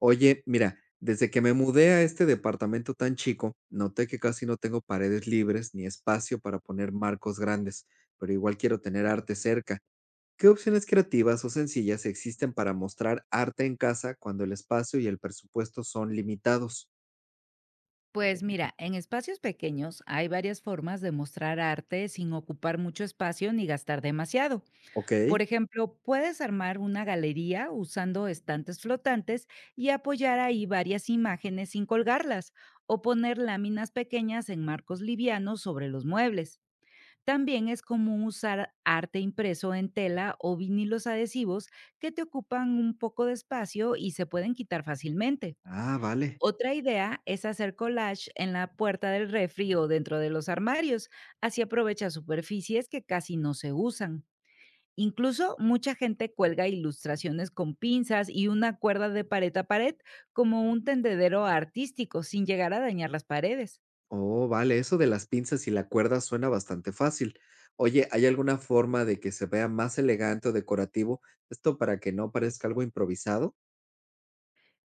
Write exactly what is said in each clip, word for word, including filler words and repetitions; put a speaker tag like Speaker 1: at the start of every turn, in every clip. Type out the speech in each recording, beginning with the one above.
Speaker 1: Oye, mira, desde que me mudé a este departamento tan chico, noté que casi no tengo paredes libres ni espacio para poner marcos grandes, pero igual quiero tener arte cerca. ¿Qué opciones creativas o sencillas existen para mostrar arte en casa cuando el espacio y el presupuesto son limitados?
Speaker 2: Pues mira, en espacios pequeños hay varias formas de mostrar arte sin ocupar mucho espacio ni gastar demasiado.
Speaker 1: Ok.
Speaker 2: Por ejemplo, puedes armar una galería usando estantes flotantes y apoyar ahí varias imágenes sin colgarlas, o poner láminas pequeñas en marcos livianos sobre los muebles. También es común usar arte impreso en tela o vinilos adhesivos que te ocupan un poco de espacio y se pueden quitar fácilmente.
Speaker 1: Ah, vale.
Speaker 2: Otra idea es hacer collage en la puerta del refri o dentro de los armarios, así aprovecha superficies que casi no se usan. Incluso mucha gente cuelga ilustraciones con pinzas y una cuerda de pared a pared como un tendedero artístico sin llegar a dañar las paredes.
Speaker 1: Oh, vale, eso de las pinzas y la cuerda suena bastante fácil. Oye, ¿hay alguna forma de que se vea más elegante o decorativo esto para que no parezca algo improvisado?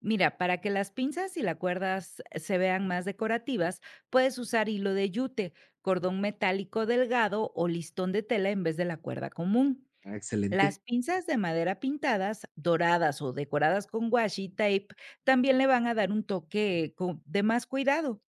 Speaker 2: Mira, para que las pinzas y las cuerdas se vean más decorativas, puedes usar hilo de yute, cordón metálico delgado o listón de tela en vez de la cuerda común.
Speaker 1: Ah, excelente.
Speaker 2: Las pinzas de madera pintadas, doradas o decoradas con washi tape también le van a dar un toque co- de más cuidado.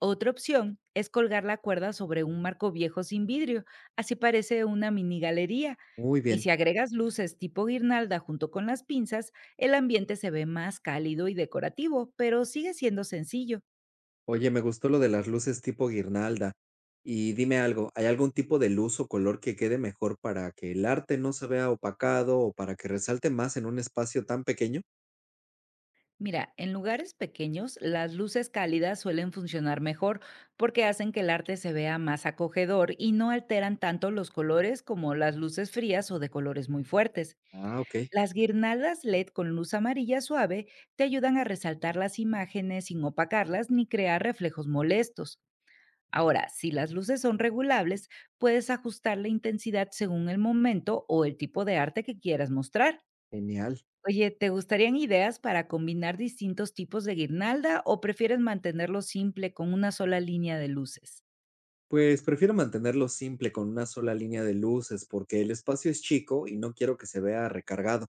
Speaker 2: Otra opción es colgar la cuerda sobre un marco viejo sin vidrio, así parece una mini galería.
Speaker 1: Muy
Speaker 2: Y
Speaker 1: bien.
Speaker 2: si agregas luces tipo guirnalda junto con las pinzas, el ambiente se ve más cálido y decorativo, pero sigue siendo sencillo.
Speaker 1: Oye, me gustó lo de las luces tipo guirnalda. Y dime algo, ¿hay algún tipo de luz o color que quede mejor para que el arte no se vea opacado o para que resalte más en un espacio tan pequeño?
Speaker 2: Mira, en lugares pequeños, las luces cálidas suelen funcionar mejor porque hacen que el arte se vea más acogedor y no alteran tanto los colores como las luces frías o de colores muy fuertes.
Speaker 1: Ah, ok,
Speaker 2: Las guirnaldas L E D con luz amarilla suave te ayudan a resaltar las imágenes sin opacarlas ni crear reflejos molestos. Ahora, si las luces son regulables, puedes ajustar la intensidad según el momento o el tipo de arte que quieras mostrar.
Speaker 1: genial.
Speaker 2: Oye, ¿te gustarían ideas para combinar distintos tipos de guirnalda o prefieres mantenerlo simple con una sola línea de luces?
Speaker 1: Pues prefiero mantenerlo simple con una sola línea de luces porque el espacio es chico y no quiero que se vea recargado.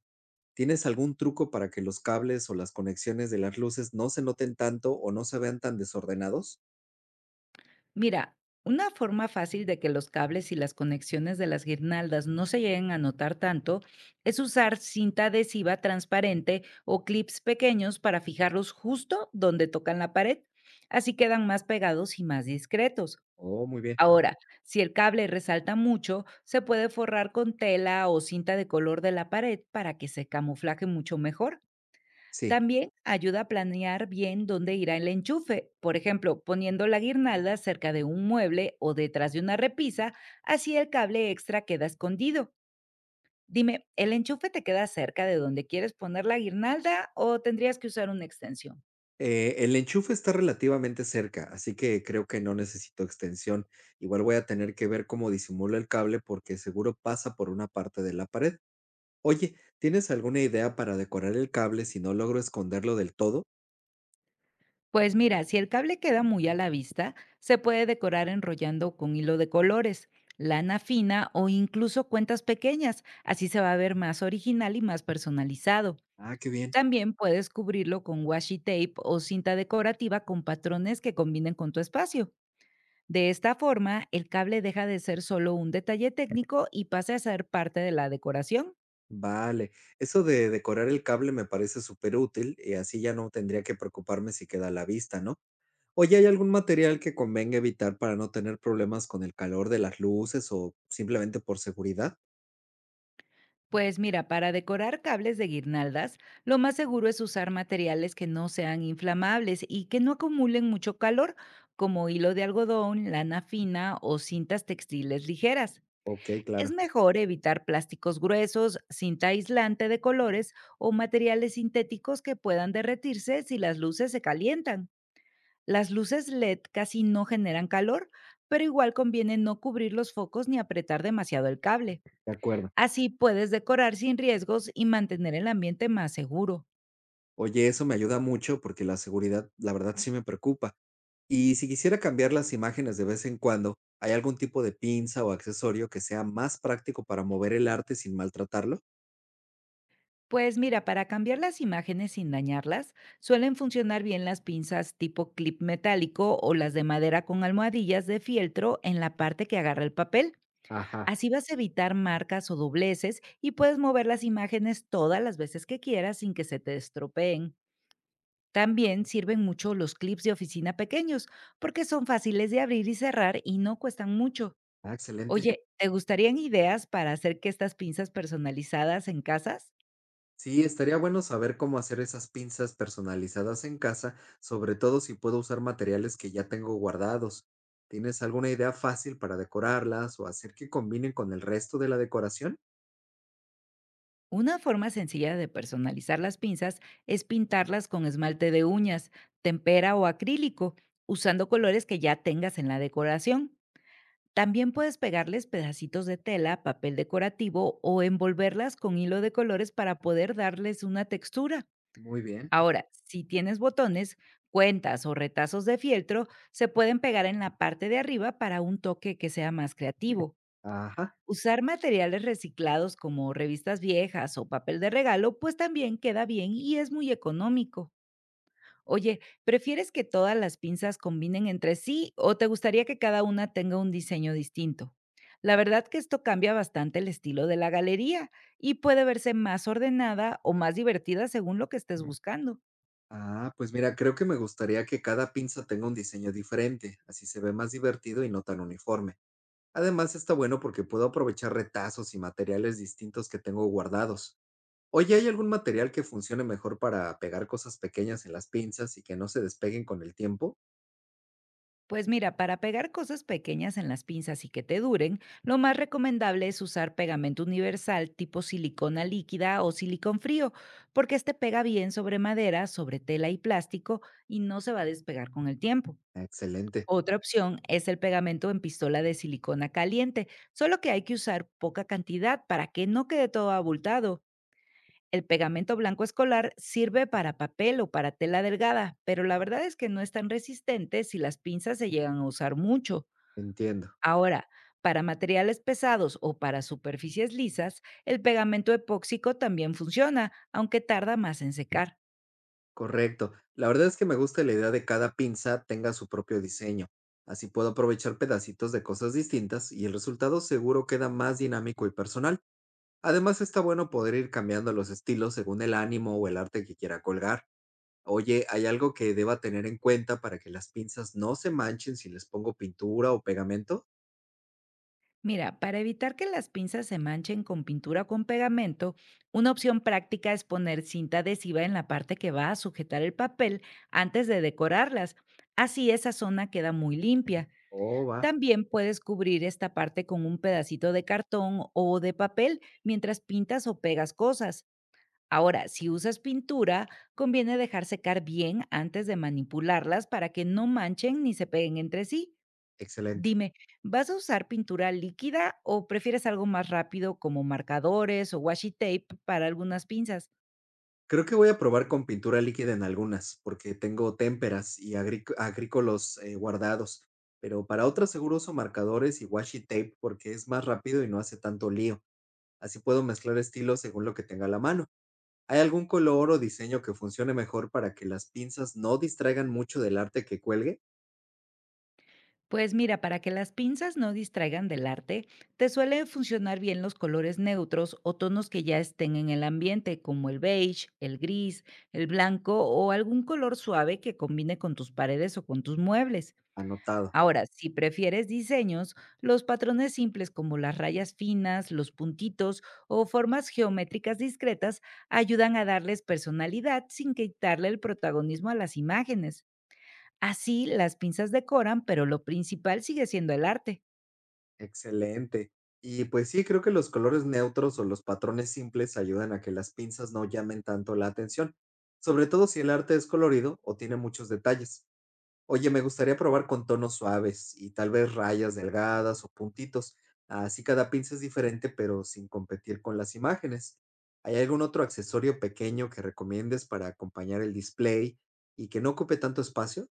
Speaker 1: ¿Tienes algún truco para que los cables o las conexiones de las luces no se noten tanto o no se vean tan desordenados?
Speaker 2: Mira, una forma fácil de que los cables y las conexiones de las guirnaldas no se lleguen a notar tanto es usar cinta adhesiva transparente o clips pequeños para fijarlos justo donde tocan la pared. Así quedan más pegados y más discretos.
Speaker 1: Oh, muy bien.
Speaker 2: Ahora, si el cable resalta mucho, se puede forrar con tela o cinta de color de la pared para que se camuflaje mucho mejor.
Speaker 1: Sí.
Speaker 2: También ayuda a planear bien dónde irá el enchufe, por ejemplo, poniendo la guirnalda cerca de un mueble o detrás de una repisa, así el cable extra queda escondido. Dime, ¿el enchufe te queda cerca de donde quieres poner la guirnalda o tendrías que usar una extensión?
Speaker 1: Eh, el enchufe está relativamente cerca, así que creo que no necesito extensión. Igual voy a tener que ver cómo disimula el cable porque seguro pasa por una parte de la pared. Oye, ¿tienes alguna idea para decorar el cable si no logro esconderlo del todo?
Speaker 2: Pues mira, si el cable queda muy a la vista, se puede decorar enrollando con hilo de colores, lana fina o incluso cuentas pequeñas. Así se va a ver más original y más personalizado.
Speaker 1: Ah, qué bien.
Speaker 2: También puedes cubrirlo con washi tape o cinta decorativa con patrones que combinen con tu espacio. De esta forma, el cable deja de ser solo un detalle técnico y pasa a ser parte de la decoración.
Speaker 1: Vale. Eso de decorar el cable me parece súper útil y así ya no tendría que preocuparme si queda a la vista, ¿no? Oye, ¿hay algún material que convenga evitar para no tener problemas con el calor de las luces o simplemente por seguridad?
Speaker 2: Pues mira, para decorar cables de guirnaldas, lo más seguro es usar materiales que no sean inflamables y que no acumulen mucho calor, como hilo de algodón, lana fina o cintas textiles ligeras.
Speaker 1: Ok,
Speaker 2: Es
Speaker 1: claro,
Speaker 2: mejor evitar plásticos gruesos, cinta aislante de colores o materiales sintéticos que puedan derretirse si las luces se calientan. Las luces L E D casi no generan calor, pero igual conviene no cubrir los focos ni apretar demasiado el cable.
Speaker 1: de acuerdo.
Speaker 2: Así puedes decorar sin riesgos y mantener el ambiente más seguro.
Speaker 1: Oye, eso me ayuda mucho porque la seguridad, la verdad, sí me preocupa. Y si quisiera cambiar las imágenes de vez en cuando, ¿hay algún tipo de pinza o accesorio que sea más práctico para mover el arte sin maltratarlo?
Speaker 2: Pues mira, para cambiar las imágenes sin dañarlas, suelen funcionar bien las pinzas tipo clip metálico o las de madera con almohadillas de fieltro en la parte que agarra el papel.
Speaker 1: Ajá,
Speaker 2: Así vas a evitar marcas o dobleces y puedes mover las imágenes todas las veces que quieras sin que se te estropeen. También sirven mucho los clips de oficina pequeños porque son fáciles de abrir y cerrar y no cuestan mucho.
Speaker 1: ah, excelente.
Speaker 2: Oye, ¿te gustarían ideas para hacer que estas pinzas personalizadas en casas?
Speaker 1: Sí, estaría bueno saber cómo hacer esas pinzas personalizadas en casa, sobre todo si puedo usar materiales que ya tengo guardados. ¿Tienes alguna idea fácil para decorarlas o hacer que combinen con el resto de la decoración?
Speaker 2: Una forma sencilla de personalizar las pinzas es pintarlas con esmalte de uñas, tempera o acrílico, usando colores que ya tengas en la decoración. También puedes pegarles pedacitos de tela, papel decorativo o envolverlas con hilo de colores para poder darles una textura.
Speaker 1: Muy bien.
Speaker 2: Ahora, si tienes botones, cuentas o retazos de fieltro, se pueden pegar en la parte de arriba para un toque que sea más creativo.
Speaker 1: Ajá.
Speaker 2: Usar materiales reciclados como revistas viejas o papel de regalo, pues también queda bien y es muy económico. Oye, ¿prefieres que todas las pinzas combinen entre sí o te gustaría que cada una tenga un diseño distinto? La verdad que esto cambia bastante el estilo de la galería y puede verse más ordenada o más divertida según lo que estés Mm. buscando.
Speaker 1: Ah, pues mira, creo que me gustaría que cada pinza tenga un diseño diferente, así se ve más divertido y no tan uniforme. Además, está bueno porque puedo aprovechar retazos y materiales distintos que tengo guardados. Oye, ¿hay algún material que funcione mejor para pegar cosas pequeñas en las pinzas y que no se despeguen con el tiempo?
Speaker 2: Pues mira, para pegar cosas pequeñas en las pinzas y que te duren, lo más recomendable es usar pegamento universal tipo silicona líquida o silicón frío, porque este pega bien sobre madera, sobre tela y plástico y no se va a despegar con el tiempo.
Speaker 1: Excelente,
Speaker 2: Otra opción es el pegamento en pistola de silicona caliente, solo que hay que usar poca cantidad para que no quede todo abultado. El pegamento blanco escolar sirve para papel o para tela delgada, pero la verdad es que no es tan resistente si las pinzas se llegan a usar mucho.
Speaker 1: entiendo.
Speaker 2: Ahora, para materiales pesados o para superficies lisas, el pegamento epóxico también funciona, aunque tarda más en secar.
Speaker 1: Correcto. La verdad es que me gusta la idea de cada pinza tenga su propio diseño. Así puedo aprovechar pedacitos de cosas distintas y el resultado seguro queda más dinámico y personal. Además, está bueno poder ir cambiando los estilos según el ánimo o el arte que quiera colgar. Oye, ¿hay algo que deba tener en cuenta para que las pinzas no se manchen si les pongo pintura o pegamento?
Speaker 2: Mira, para evitar que las pinzas se manchen con pintura o con pegamento, una opción práctica es poner cinta adhesiva en la parte que va a sujetar el papel antes de decorarlas. Así esa zona queda muy limpia.
Speaker 1: Oh, va,
Speaker 2: También puedes cubrir esta parte con un pedacito de cartón o de papel mientras pintas o pegas cosas. Ahora, si usas pintura, conviene dejar secar bien antes de manipularlas para que no manchen ni se peguen entre sí.
Speaker 1: excelente.
Speaker 2: Dime, ¿vas a usar pintura líquida o prefieres algo más rápido como marcadores o washi tape para algunas pinzas?
Speaker 1: Creo que voy a probar con pintura líquida en algunas, porque tengo témperas y agric- agrícolos eh, guardados, pero para otras seguro uso marcadores y washi tape porque es más rápido y no hace tanto lío. Así puedo mezclar estilos según lo que tenga a la mano. ¿Hay algún color o diseño que funcione mejor para que las pinzas no distraigan mucho del arte que cuelgue?
Speaker 2: Pues mira, para que las pinzas no distraigan del arte, te suelen funcionar bien los colores neutros o tonos que ya estén en el ambiente, como el beige, el gris, el blanco o algún color suave que combine con tus paredes o con tus muebles.
Speaker 1: Anotado.
Speaker 2: Ahora, si prefieres diseños, los patrones simples como las rayas finas, los puntitos o formas geométricas discretas ayudan a darles personalidad sin quitarle el protagonismo a las imágenes. Así las pinzas decoran, pero lo principal sigue siendo el arte.
Speaker 1: Excelente. Y pues sí, creo que los colores neutros o los patrones simples ayudan a que las pinzas no llamen tanto la atención, sobre todo si el arte es colorido o tiene muchos detalles. Oye, me gustaría probar con tonos suaves y tal vez rayas delgadas o puntitos. Así cada pinza es diferente, pero sin competir con las imágenes. ¿Hay algún otro accesorio pequeño que recomiendes para acompañar el display y que no ocupe tanto espacio?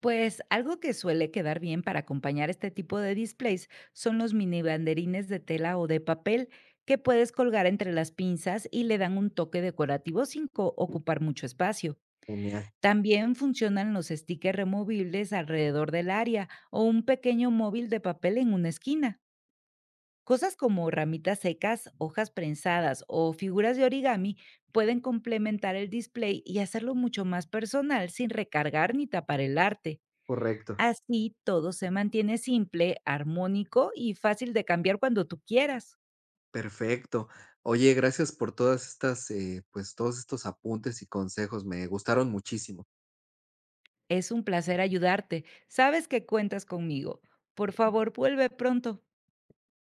Speaker 2: Pues algo que suele quedar bien para acompañar este tipo de displays son los mini banderines de tela o de papel que puedes colgar entre las pinzas y le dan un toque decorativo sin co- ocupar mucho espacio.
Speaker 1: Genial,
Speaker 2: También funcionan los stickers removibles alrededor del área o un pequeño móvil de papel en una esquina. Cosas como ramitas secas, hojas prensadas o figuras de origami pueden complementar el display y hacerlo mucho más personal sin recargar ni tapar el arte.
Speaker 1: correcto.
Speaker 2: Así todo se mantiene simple, armónico y fácil de cambiar cuando tú quieras.
Speaker 1: Perfecto. Oye, gracias por todas estas, eh, pues todos estos apuntes y consejos. Me gustaron muchísimo.
Speaker 2: Es un placer ayudarte. Sabes que cuentas conmigo. Por favor, vuelve pronto.